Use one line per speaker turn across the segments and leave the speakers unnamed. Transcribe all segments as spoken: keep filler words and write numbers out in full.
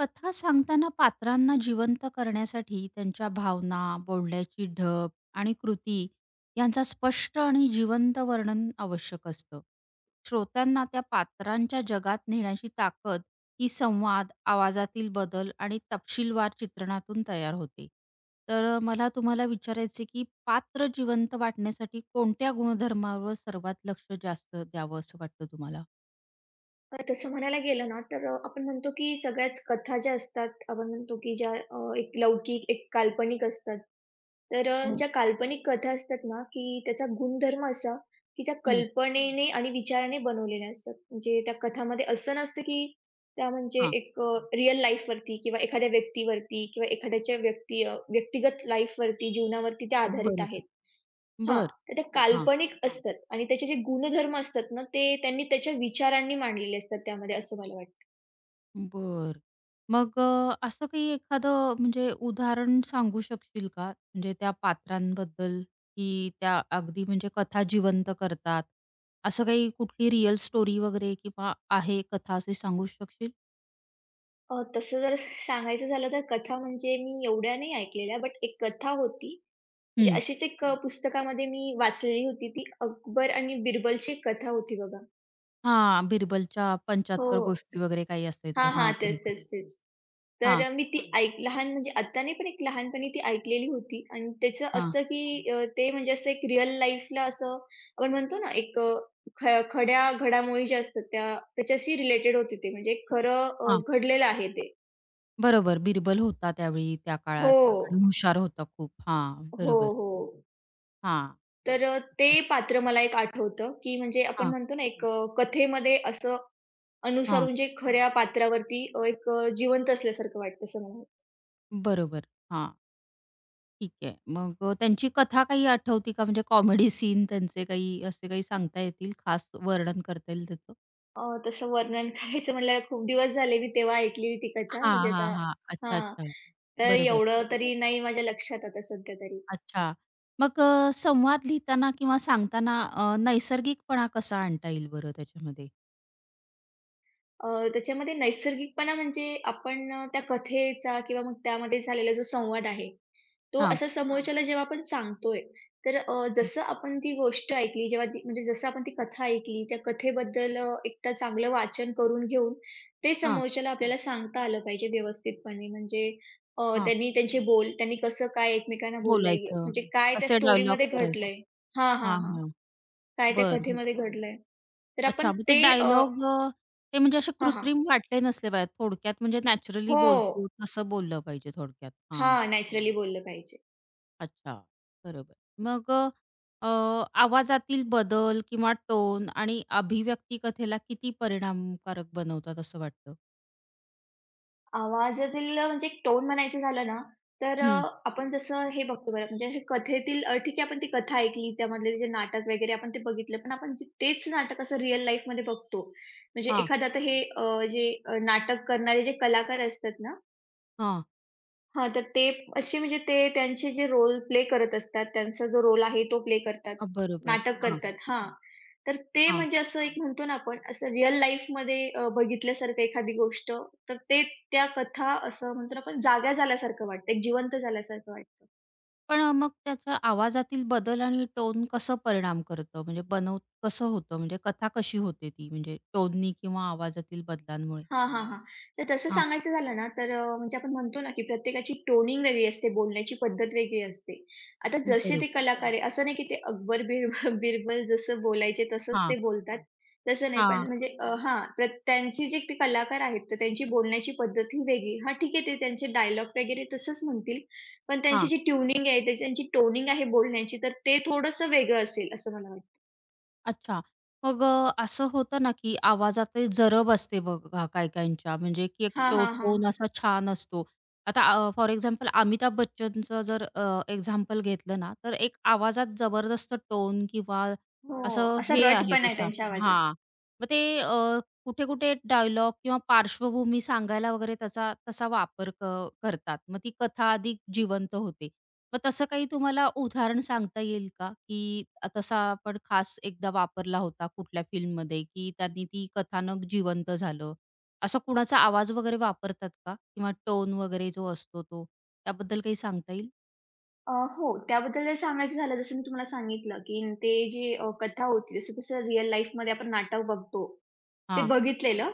कथा सांगताना पात्रांना जिवंत करण्यासाठी त्यांच्या भावना, बोलण्याची ढब आणि कृती यांचा स्पष्ट आणि जिवंत वर्णन आवश्यक असतं. श्रोत्यांना त्या पात्रांच्या जगात नेण्याची ताकद ही संवाद, आवाजातील बदल आणि तपशीलवार चित्रणातून तयार होते. तर मला तुम्हाला विचारायचे की पात्र जिवंत वाटण्यासाठी कोणत्या गुणधर्मावर सर्वात लक्ष जास्त द्यावं असं वाटतं तुम्हाला?
अ, तसं म्हणायला गेलं ना, तर अ, आपण म्हणतो की सगळ्याच कथा ज्या असतात, आपण म्हणतो की ज्या अ, एक लौकिक, एक काल्पनिक असतात. तर अ,
हो.
ज्या काल्पनिक कथा असतात ना, की त्याचा गुणधर्म असा, की त्या
हं.
कल्पनेने आणि विचाराने बनवलेल्या असतात. म्हणजे त्या कथामध्ये असं नसतं की त्या म्हणजे
हां.
एक रिअल लाईफवरती किंवा एखाद्या व्यक्तीवरती किंवा एखाद्याच्या व्यक्ती अ, व्यक्तिगत लाईफवरती, जीवनावरती त्या आधारित
बरोबर.
आहेत. हां,
बरं.
तर त्या काल्पनिक असतात आणि त्याचे जे गुणधर्म असतात ना, ते त्यांनी त्याच्या विचारांनी मांडलेले असतात त्यामध्ये, असं मला वाटतं.
बरं. मग अ, असं काही एखादं म्हणजे उदाहरण सांगू शकशील का? म्हणजे त्या पात्रांबद्दल, की त्या अगदी म्हणजे कथा जिवंत करतात. असं काही कुठली रिअल स्टोरी वगैरे किंवा आहे कथा अशी सांगू शकशील?
अ, तसं जर सांगायचं झालं तर कथा म्हणजे मी एवढ्या नाही ऐकलेल्या, बट एक कथा होती, म्हणजे
हं.
अशीच एक अ, पुस्तकामध्ये मी वाचलेली होती ती अकबर आणि बिरबलची एक कथा होती बघा.
हां, बिरबलच्या
हो.
पंच्याहत्तर गोष्टी वगैरे काही
हां,
असायचं. हां,
हां. तेच,
बरोबर.
तेच, तेच. तर
हां,
अ, मी ती हं. ऐक लहान म्हणजे आत्ता नाही, पण एक लहानपणी ती ऐकलेली होती आणि त्याचं
हां,
असं की अ, ते म्हणजे असं एक रिअल लाईफला असं आपण म्हणतो ना, एक अ, ख खड्या घडामोडी ज्या असतात त्या त्याच्याशी रिलेटेड होती ते. म्हणजे खरं अ,
हां.
घडलेलं आहे ते.
बरोबर. बिरबल होता त्यावेळी त्या काळात
हो.
आणि हुशार होता खूप. हां,
हो,
बरोबर.
हो.
हां.
तर अ, ते
अच्छा.
पात्र मला एक आठवतं, की म्हणजे आपण
हां,
म्हणतो ना, एक अ, कथेमध्ये असं
हां.
अनुसरून जे खऱ्या पात्रावरती अ, एक अ, जिवंत असल्यासारखं वाटतं असं मला
बरोबर. हां. ठीक आहे. मग अ, त्यांची कथा काही आठवती का? म्हणजे कॉमेडी सीन त्यांचे काही असे काही सांगता येतील? खास वर्णन करता येईल त्याचं?
अ, तसं वर्णन करायचं म्हणलं खूप दिवस झाले मी तेव्हा ऐकलेली ती कथा
हां,
म्हणजे
हां,
आता
हां. अच्छा,
हां.
अच्छा.
तर
बरोबर.
एवढं तरी नाही माझ्या लक्षात आता सध्या तरी.
अच्छा. मग अ, संवाद लिहिताना किंवा सांगताना अ, नैसर्गिकपणा कसा आणता येईल बरं त्याच्यामध्ये?
अ, त्याच्यामध्ये नैसर्गिकपणा म्हणजे आपण अ, त्या कथेचा किंवा मग त्यामध्ये झालेला जो संवाद आहे, तो
हां,
असा हां. समोरच्याला जेव्हा आपण सांगतोय, तर अ,
हं.
जसं आपण ती गोष्ट ऐकली, जेव्हा ती म्हणजे जसं आपण ती कथा ऐकली, त्या कथेबद्दल अ, एकदा चांगलं वाचन करून घेऊन ते
हां,
समोरच्याला आपल्याला सांगता आलं पाहिजे व्यवस्थितपणे. म्हणजे अ,
हां.
त्यांनी त्यांचे बोल त्यांनी कसं काय एकमेकांना बोललंय,
बोलायचं.
म्हणजे काय त्या
कसे डायलॉग
स्टोरीमध्ये
करायचे?
घडलंय हां, हां,
हां,
हां.
हां.
काय त्या
बरं.
कथेमध्ये घडलंय. तर आपण
अच्छा. मग ते
ते अ
डायलॉग अ, ते म्हणजे असे
हां. हां,
कृत्रिम वाटले नसले पाहिजेत. थोडक्यात म्हणजे नॅचरली
हो.
बोलतो तसं बोललं पाहिजे थोडक्यात. हां.
हां, नॅचरली बोललं पाहिजे.
अच्छा, बरोबर. मग अ, आवाजातील बदल किंवा टोन आणि अभिव्यक्ती कथेला किती परिणामकारक बनवतात असं वाटतं?
आवाजातील अ, म्हणजे एक टोन म्हणायचं झालं ना, तर अ,
हं.
आपण जसं हे बघतो बरं म्हणजे असे कथेतील अ, ठीक आहे आपण ती कथा ऐकली, त्यामधले जे नाटक वगैरे आपण ते बघितलं. पण आपण जे तेच नाटक असं रिअल लाईफमध्ये बघतो. म्हणजे
हां,
एखादं आता हे अ, जे अ, नाटक करणारे जे कलाकार असतात ना,
हां.
हां, तर ते असे म्हणजे ते त्यांचे जे रोल प्ले करत असतात, त्यांचा जो रोल आहे तो प्ले करतात.
अ, बरोबर.
नाटक
हां,
करतात बरोबर. हां. तर ते
हां.
म्हणजे असं एक म्हणतो ना आपण असं रिअल लाईफमध्ये अ, बघितल्यासारखं एखादी गोष्ट, तर ते त्या कथा असं म्हणतो ना आपण जाग्या झाल्यासारखं वाटतं, एक जिवंत झाल्यासारखं वाटतं.
पण अ, मग त्याचा आवाजातील बदल आणि टोन कसं परिणाम करतं? म्हणजे बनव कसं होतं? म्हणजे कथा कशी होते ती? म्हणजे टोननी किंवा आवाजातील बदलांमुळे?
हां, हां, हां. तर तसं
हां,
सांगायचं झालं ना, तर अ, म्हणजे आपण म्हणतो ना, की प्रत्येकाची टोनिंग वेगळी असते, बोलण्याची पद्धत वेगळी असते. आता जसे ते
बरोबर.
कलाकार आहे, असं नाही की ते अकबर बिरबल बिरबल जसं बोलायचे तसंच
हां,
ते बोलतात, तसं नाही.
हां,
पण म्हणजे अ, हां, प्र त्यांची जे ते कलाकार आहेत, तर त्यांची बोलण्याची पद्धत ही वेगळी. हां, ठीक आहे, ते त्यांचे डायलॉग वगैरे तसंच म्हणतील, पण त्यांची
हां.
जी ट्यूनिंग आहे, त्याची त्यांची टोनिंग आहे बोलण्याची, तर ते थोडंसं वेगळं असेल, असं मला वाटतं.
अच्छा. मग अ, असं होतं ना, की आवाजात जरब असते बघा काही-काहींच्या म्हणजे की एक
हां,
टो
हां, हां.
टोन असा छान असतो. आता फॉर एक्झाम्पल अमिताभ बच्चनचं जर अ, एक्झाम्पल घेतलं ना, तर एक आवाजात जबरदस्त टोन किंवा
हो,
असं
असा
हे आहे
रटपणा आहे
त्याच्या
त्यांच्या आवाजात.
हां. मग ते अ, कुठे-कुठे डायलॉग किंवा पार्श्वभूमी सांगायला वगैरे त्याचा तसा वापर क करतात. मग ती कथा अधिक जिवंत होते. मग तसं काही तुम्हाला उदाहरण सांगता येईल का, की तसा आपण खास एकदा वापरला होता कुठल्या फिल्ममध्ये, की त्यांनी ती कथानक जिवंत झालं? असा कुणाचा आवाज वगैरे वापरतात का? किंवा टोन वगैरे जो असतो तो, त्याबद्दल काही सांगता येईल?
अ, हो, त्याबद्दल जर सांगायचं झालं, जसं मी तुम्हाला सांगितलं, की न ते जे अ, कथा होती, जसं-जसं रिअल लाईफमध्ये आपण नाटक बघतो, ते
हां.
बघितलेलं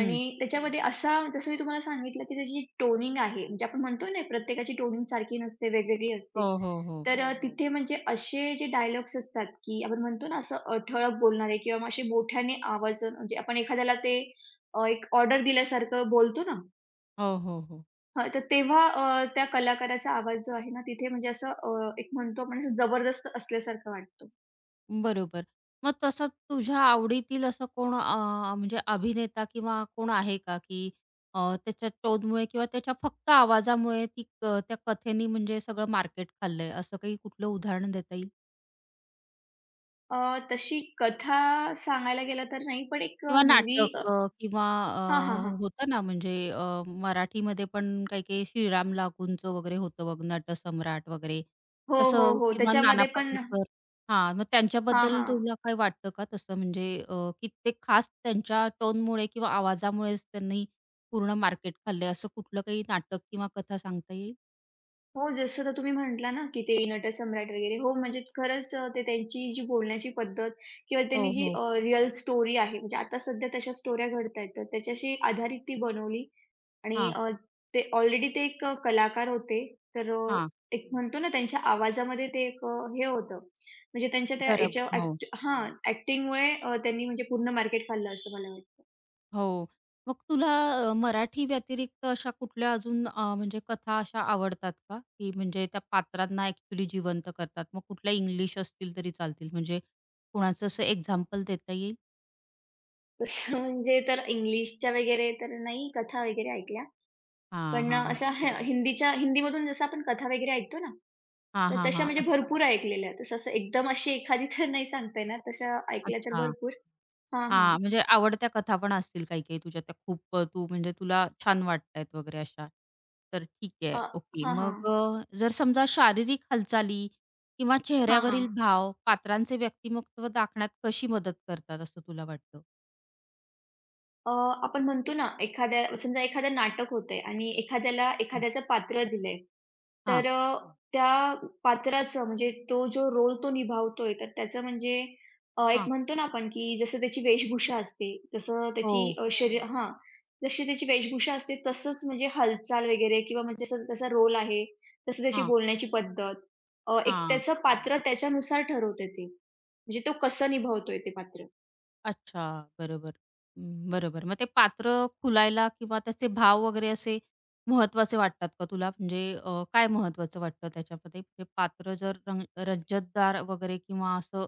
आणि त्याच्यामध्ये असा जसं मी तुम्हाला सांगितलं, की त्याची टोनिंग आहे, म्हणजे आपण म्हणतो ना, प्रत्येकाची टोनिंग सारखी नसते, वेगवेगळी असते.
हो, हो, हो.
तर अ, हो, हो. तिथे म्हणजे असे जे डायलॉग्स असतात, की आपण म्हणतो ना, असं अ, ठळक बोलणारे किंवा मग असे मोठ्याने आवाज म्हणजे आपण एखाद्याला ते अ, एक ऑर्डर दिल्यासारखं बोलतो ना.
हो, हो, हो.
हां, तर तेव्हा अ, त्या कलाकाराचा आवाज जो आहे ना, तिथे म्हणजे असं अ, एक म्हणतो आपण असं जबरदस्त असल्यासारखं वाटतो.
बरोबर. मग तसं तुझ्या आवडीतील असं कोण अ, म्हणजे अभिनेता किंवा कोण आहे का, की अ, त्याच्या टोनमुळे किंवा त्याच्या फक्त आवाजामुळे ती क त्या कथेनी म्हणजे सगळं मार्केट खाल्लंय, असं काही कुठलं उदाहरण देता येईल?
अ, तशी कथा सांगायला गेलं तर नाही, पण एक अ,
किंवा
मूव्ही अ,
नाटक अ, किंवा
हां,
अ, होतं ना म्हणजे अ, मराठीमध्ये पण काही-काही श्रीराम लागूंचं वगैरे होतं बघ, नटसम्राट वगैरे.
हो, हो,
तसं
हो.
किंवा नाना
त्याच्यामध्ये पण
पाटेकर हां, मग
हां,
त्यांच्याबद्दल
हां.
तुला काही वाटतं का तसं म्हणजे अ, की ते खास त्यांच्या टोनमुळे किंवा आवाजामुळेच त्यांनी पूर्ण मार्केट खाल्लंय, असं कुठलं काही नाटक किंवा कथा सांगता येईल?
हो, जसं आता तुम्ही म्हटला ना, की ते नटसम्राट वगैरे. हो, म्हणजे खरंच अ, ते त्यांची जी बोलण्याची पद्धत किंवा त्यांनी
हो,
जी
हो.
अ, रिअल स्टोरी आहे, म्हणजे आता सध्या तशा स्टोऱ्या घडतायत, तर त्याच्याशी आधारित ती बनवली आणि
हां,
अ, ते ऑलरेडी ते एक अ, कलाकार होते. तर अ,
हां.
एक म्हणतो ना, त्यांच्या आवाजामध्ये ते एक अ, हे होतं, म्हणजे त्यांच्या त्या
जरब.
याच्या
हो.
ॲक्ट हां, ॲक्टिंगमुळे त्यांनी म्हणजे पूर्ण मार्केट खाल्लं असं मला वाटतं.
हो. मग तुला अ, मराठी व्यतिरिक्त अशा कुठल्या अजून अ, म्हणजे कथा अशा आवडतात का? की म्हणजे त्या पात्रांना ॲक्चुअली जिवंत करतात. मग कुठल्या इंग्लिश असतील तरी चालतील. म्हणजे कोणाचं असं एक्झाम्पल देता येईल?
तसं म्हणजे तर इंग्लिशच्या वगैरे तर नाही कथा वगैरे ऐकल्या.
हां,
पण अ,
हां, हां.
अशा ह
बरोबर.
हिंदीच्या हिंदीमधून जसं आपण कथा वगैरे ऐकतो ना,
हां,
तर
हां,
तशा
हां.
म्हणजे
अच्छा.
भरपूर ऐकलेल्या. तसं असं एकदम अशी एखादी तर नाही सांगता येणार, तशा ऐकल्या तर
अच्छा.
भरपूर. हां, हां.
हां, म्हणजे आवडत्या कथा पण असतील काही-काही तुझ्या त्या खूप अ, तू म्हणजे तुला छान वाटतायत वगैरे अशा. तर ठीक आहे.
अ,
ओके.
हां, हां.
मग अ, जर समजा शारीरिक हालचाली किंवा
हां, हां.
चेहऱ्यावरील भाव पात्रांचे व्यक्तिमत्व दाखण्यात कशी मदत करतात असं तुला वाटतं?
अ, आपण म्हणतो ना, एखाद्या समजा एखादं नाटक होतंय आणि एखाद्याला
हं.
एखाद्याचं पात्र दिलंय.
हां,
तर अ, हं. त्या पात्राचं म्हणजे तो जो रोल तो निभावतोय, तर त्याचं म्हणजे अ, एक
हां.
म्हणतो ना आपण, की जसं त्याची वेशभूषा असते, तसं त्याची
हो.
अ, हो. शरीर हां, जशी त्याची वेशभूषा असते तसंच म्हणजे हालचाल वगैरे किंवा म्हणजे जसं त्याचा रोल आहे, तसं त्याची
हां,
बोलण्याची पद्धत. अ, एक
हां.
त्याचं पात्र त्याच्यानुसार ठरवते ते. म्हणजे तो कसं निभावतोय ते पात्र.
अच्छा, बरोबर. अं, बरोबर. मग ते पात्र खुलायला किंवा त्याचे भाव वगैरे असे महत्त्वाचे वाटतात का तुला? म्हणजे अ, काय महत्त्वाचं वाटतं त्याच्यामध्ये? म्हणजे पात्र जर रंग रजतदार वगैरे किंवा असं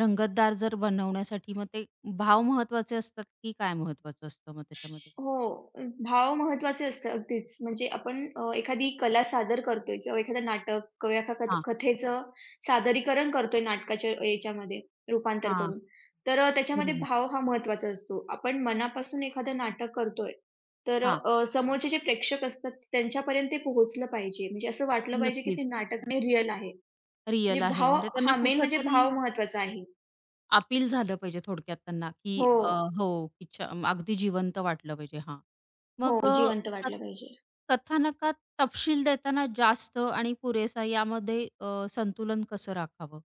रंगतदार जर बनवण्यासाठी मग ते भाव महत्त्वाचे असतात की काय महत्त्वाचं असतं मग त्याच्यामध्ये?
हो. अ, भाव महत्त्वाचे असतात अगदीच. म्हणजे आपण अ, एखादी कला सादर करतोय किंवा एखादं नाटक किंवा एका कथ
हां,
कथेचं सादरीकरण करतोय नाटकाच्या याच्यामध्ये रूपांतर
हां,
करून. तर अ, त्याच्यामध्ये
बरोबर.
भाव हा महत्त्वाचा असतो. आपण मनापासून एखादं नाटक करतोय, तर
हां,
अ, समोरचे जे प्रेक्षक असतात त्यांच्यापर्यंत ते पोहोचलं पाहिजे. म्हणजे असं वाटलं पाहिजे, की
नक्कीच.
ते नाटक नाही रिअल आहे.
रिअल
म्हणजे
आहे.
भाव
म्हणजे त्यांना
हा मेन म्हणजे
कुठेतरी
भाव महत्त्वाचा आहे.
अपील झालं पाहिजे थोडक्यात त्यांना, की
हो.
अ, हो, की छ अगदी जिवंत वाटलं पाहिजे. हां.
हो,
मग अ,
जिवंत
कथ
वाटलं पाहिजे.
कथानकात तपशील देताना जास्त आणि पुरेसा यामध्ये अ, संतुलन कसं राखावं?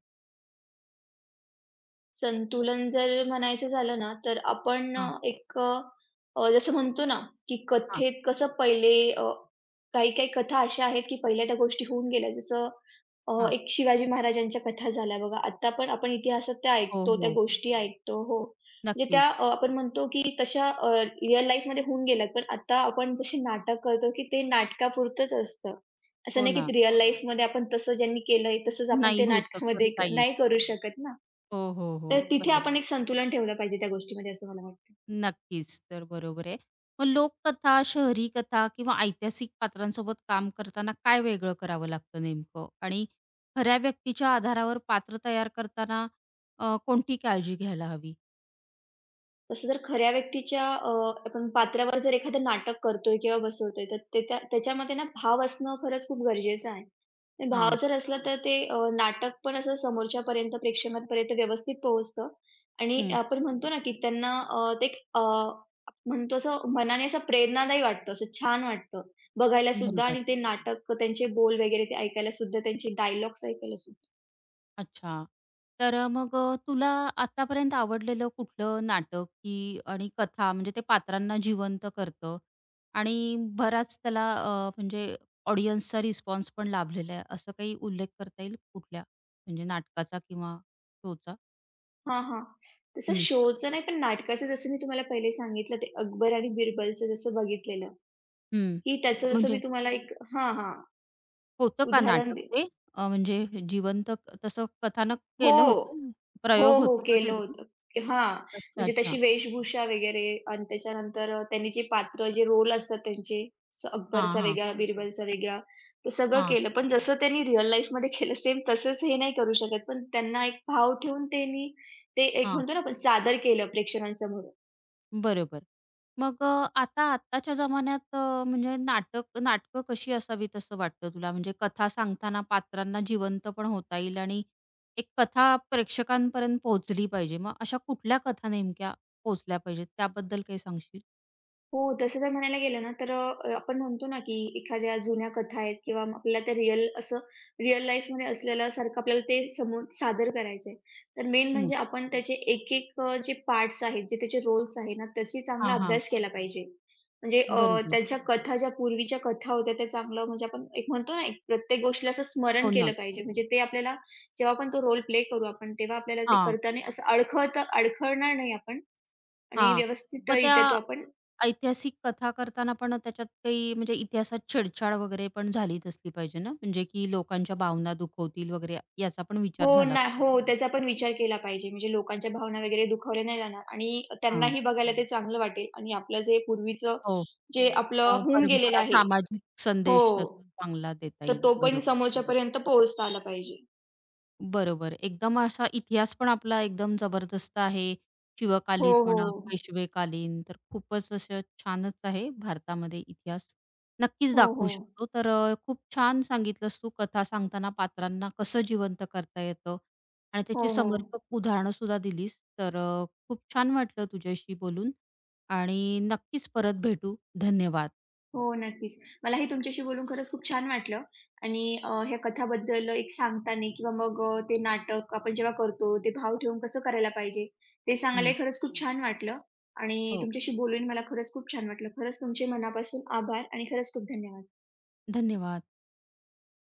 संतुलन जर म्हणायचं झालं ना, तर आपण अ,
हां,
एक अ, जसं म्हणतो ना, की
हां,
कथेत कसं पहिले अ, काही-काही कथा अशा आहेत, की पहिल्या त्या गोष्टी होऊन गेल्या. जसं अ,
हां.
एक शिवाजी महाराजांच्या कथा झाल्या बघा. आत्ता पण आपण इतिहासात त्या
हो,
ऐकतो, त्या
हो.
गोष्टी ऐकतो हो. म्हणजे त्या
नक्कीच.
अ, आपण म्हणतो, की तशा अ, रिअल लाईफमध्ये होऊन गेल्यात. पण आता आपण जशी नाटक करतो, की ते नाटकापुरतंच असतं. असं
हो
नाही, की
ना.
रिअल लाईफमध्ये आपण तसं ज्यांनी केलंय तसंच आपण
नाही
ते
होतं,
नाटकामध्ये
करता
क
येत.
नाही करू शकत ना.
हो, हो,
तर
हो.
तिथे
बरोबर.
आपण एक संतुलन ठेवलं पाहिजे त्या गोष्टीमध्ये असं मला वाटतं.
नक्कीच. तर बरोबर आहे. मग लोककथा, शहरी कथा किंवा ऐतिहासिक पात्रांसोबत काम करताना काय वेगळं करावं लागतं नेमकं? आणि खऱ्या व्यक्तीच्या आधारावर पात्र तयार करताना अ, कोणती काळजी घ्यायला हवी?
तसं जर खऱ्या व्यक्तीच्या अ, आपण पात्रावर जर एखादं नाटक करतोय किंवा बसवतोय तर ते त्या त्याच्यामध्ये ना भाव असणं खरंच खूप गरजेचं आहे. आणि भाव
हां.
जर असला तर ते अ, नाटक पण असं समोरच्यापर्यंत, प्रेक्षकांपर्यंत व्यवस्थित पोहोचतं आणि
हं.
आपण म्हणतो ना, की त्यांना अ, ते एक अ, म्हणतो असं मनाने असं प्रेरणादायी वाटतं, असं छान वाटतं बघायलासुद्धा
बरोबर.
आणि ते नाटक त्यांचे बोल वगैरे ते ऐकायलासुद्धा, त्यांचे डायलॉग्स ऐकायलासुद्धा.
अच्छा. तर अ, मग अ, तुला आतापर्यंत आवडलेलं कुठलं नाटक की आणि कथा म्हणजे ते पात्रांना जिवंत करतं आणि बराच त्याला अ, म्हणजे ऑडियन्सचा रिस्पॉन्स पण लाभलेला आहे, असं काही उल्लेख करता येईल कुठल्या? म्हणजे नाटकाचा किंवा शोचा?
हां, हां. तसं
हं,
शोचं नाही, पण नाटकाचं जसं मी तुम्हाला पहिले सांगितलं ते अकबर आणि बिरबलचं जसं बघितलेलं,
हं.
की त्याचं जसं
म्हणजे
मी तुम्हाला एक हां, हां.
होतं का
उदाहरण
नाटक
दे
ते? अ, म्हणजे जिवंत क- तसं कथानक केलं
हो.
होतं?
हो,
प्रयोग
हो.
होते का
केलं
त्याचे?
होतं. हां,
अच्छा,
म्हणजे तशी
अच्छा.
वेशभूषा वगैरे आणि त्याच्यानंतर अ, त्यांनी जे पात्र, जे रोल असतात त्यांचे, असं अकबरचा
हां.
वेगळा, बिरबलचा वेगळा, ते सगळं
हां,
केलं. पण जसं त्यांनी रिअल लाईफमध्ये केलं सेम तसंच हे नाही करू शकत. पण त्यांना एक भाव ठेवून त्यांनी ते एक
हां.
म्हणतो ना आपण सादर केलं प्रेक्षकांसमोर.
बरोबर. मग अ, आता आत्ताच्या जमान्यात अ, म्हणजे नाटक नाटकं कशी असावीत असं वाटतं तुला? म्हणजे कथा सांगताना पात्रांना जिवंत पण होता येईल आणि एक कथा प्रेक्षकांपर्यंत पोहोचली पाहिजे. मग अशा कुठल्या कथा नेमक्या पोहोचल्या पाहिजेत त्याबद्दल काही सांगशील?
हो, तसं जर म्हणायला गेलं ना, तर अ, आपण म्हणतो ना, की एखाद्या जुन्या कथा आहेत किंवा मग आपल्याला ते रिअल असं रिअल लाईफमध्ये असलेल्यासारखं आपल्याला ते समोर सादर करायचं तर मेन
हं.
म्हणजे आपण त्याचे एक-एक अ, जे पार्ट्स आहेत, जे त्याचे रोल्स आहेत ना, त्याची चांगला
हां, हां.
अभ्यास केला पाहिजे. म्हणजे अ,
बरोबर.
त्याच्या कथा ज्या पूर्वीच्या कथा होत्या, त्या चांगलं म्हणजे आपण एक म्हणतो ना, एक प्रत्येक गोष्टीला असं स्मरण
हो
केलं
ना.
पाहिजे. म्हणजे ते आपल्याला जेव्हा आपण तो रोल प्ले करू आपण, तेव्हा आपल्याला ते
हां,
करताना असं अडखळता अडखळणार नाही आपण आणि
हां. मग त्या
व्यवस्थितरित्या तो आपण
ऐतिहासिक कथा करताना पण त्याच्यात काही म्हणजे इतिहासात छेडछाड वगैरे पण झालीच असली पाहिजे ना? म्हणजे की लोकांच्या भावना दुखवतील वगैरे याचा पण विचार
हो
झाला
ना हो,
पाहिजे.
त्याचा पण विचार केला पाहिजे. म्हणजे लोकांच्या भावना वगैरे दुखावल्या नाही जाणार आणि
हां.
त्यांनाही बघायला ते चांगलं वाटेल आणि आपलं जे पूर्वीचं
हो.
जे
अ,
आपलं होऊन गेलेलं
परंपरा,
आहे
सामाजिक
हो,
संदेश
हं.
असा चांगला देता
तर
येईल.
तो पण
बरोबर.
समोरच्यापर्यंत पोहोचता आला पाहिजे.
बरोबर. एकदम असा इतिहास पण आपला एकदम जबरदस्त आहे.
हो,
शिवकालीन
हो.
म्हणा, पेशवेकालीन तर खूपच असं छानच आहे भारतामध्ये इतिहास. नक्कीच
हो,
दाखवू
हो.
शकतो. तर अ, खूप छान सांगितलंस तू कथा सांगताना पात्रांना कसं जिवंत करता येतं आणि
हो,
त्याची
हो.
समर्पक उदाहरणं सुद्धा दिलीस. तर अ, खूप छान वाटलं तुझ्याशी बोलून आणि नक्कीच परत भेटू. धन्यवाद.
हो, नक्कीच. मलाही तुमच्याशी बोलून खरंच खूप छान वाटलं आणि अ, ह्या कथाबद्दल एक सांगताना किंवा मग अ, ते नाटक आपण जेव्हा करतो, ते भाव ठेवून कसं करायला पाहिजे, ते
हं.
सांगायलाही खरंच खूप हं. छान वाटलं आणि
हो.
तुमच्याशी बोलून मला खरंच खूप छान वाटलं. खरंच तुमचे मनापासून आभार आणि खरंच खूप धन्यवाद.
धन्यवाद.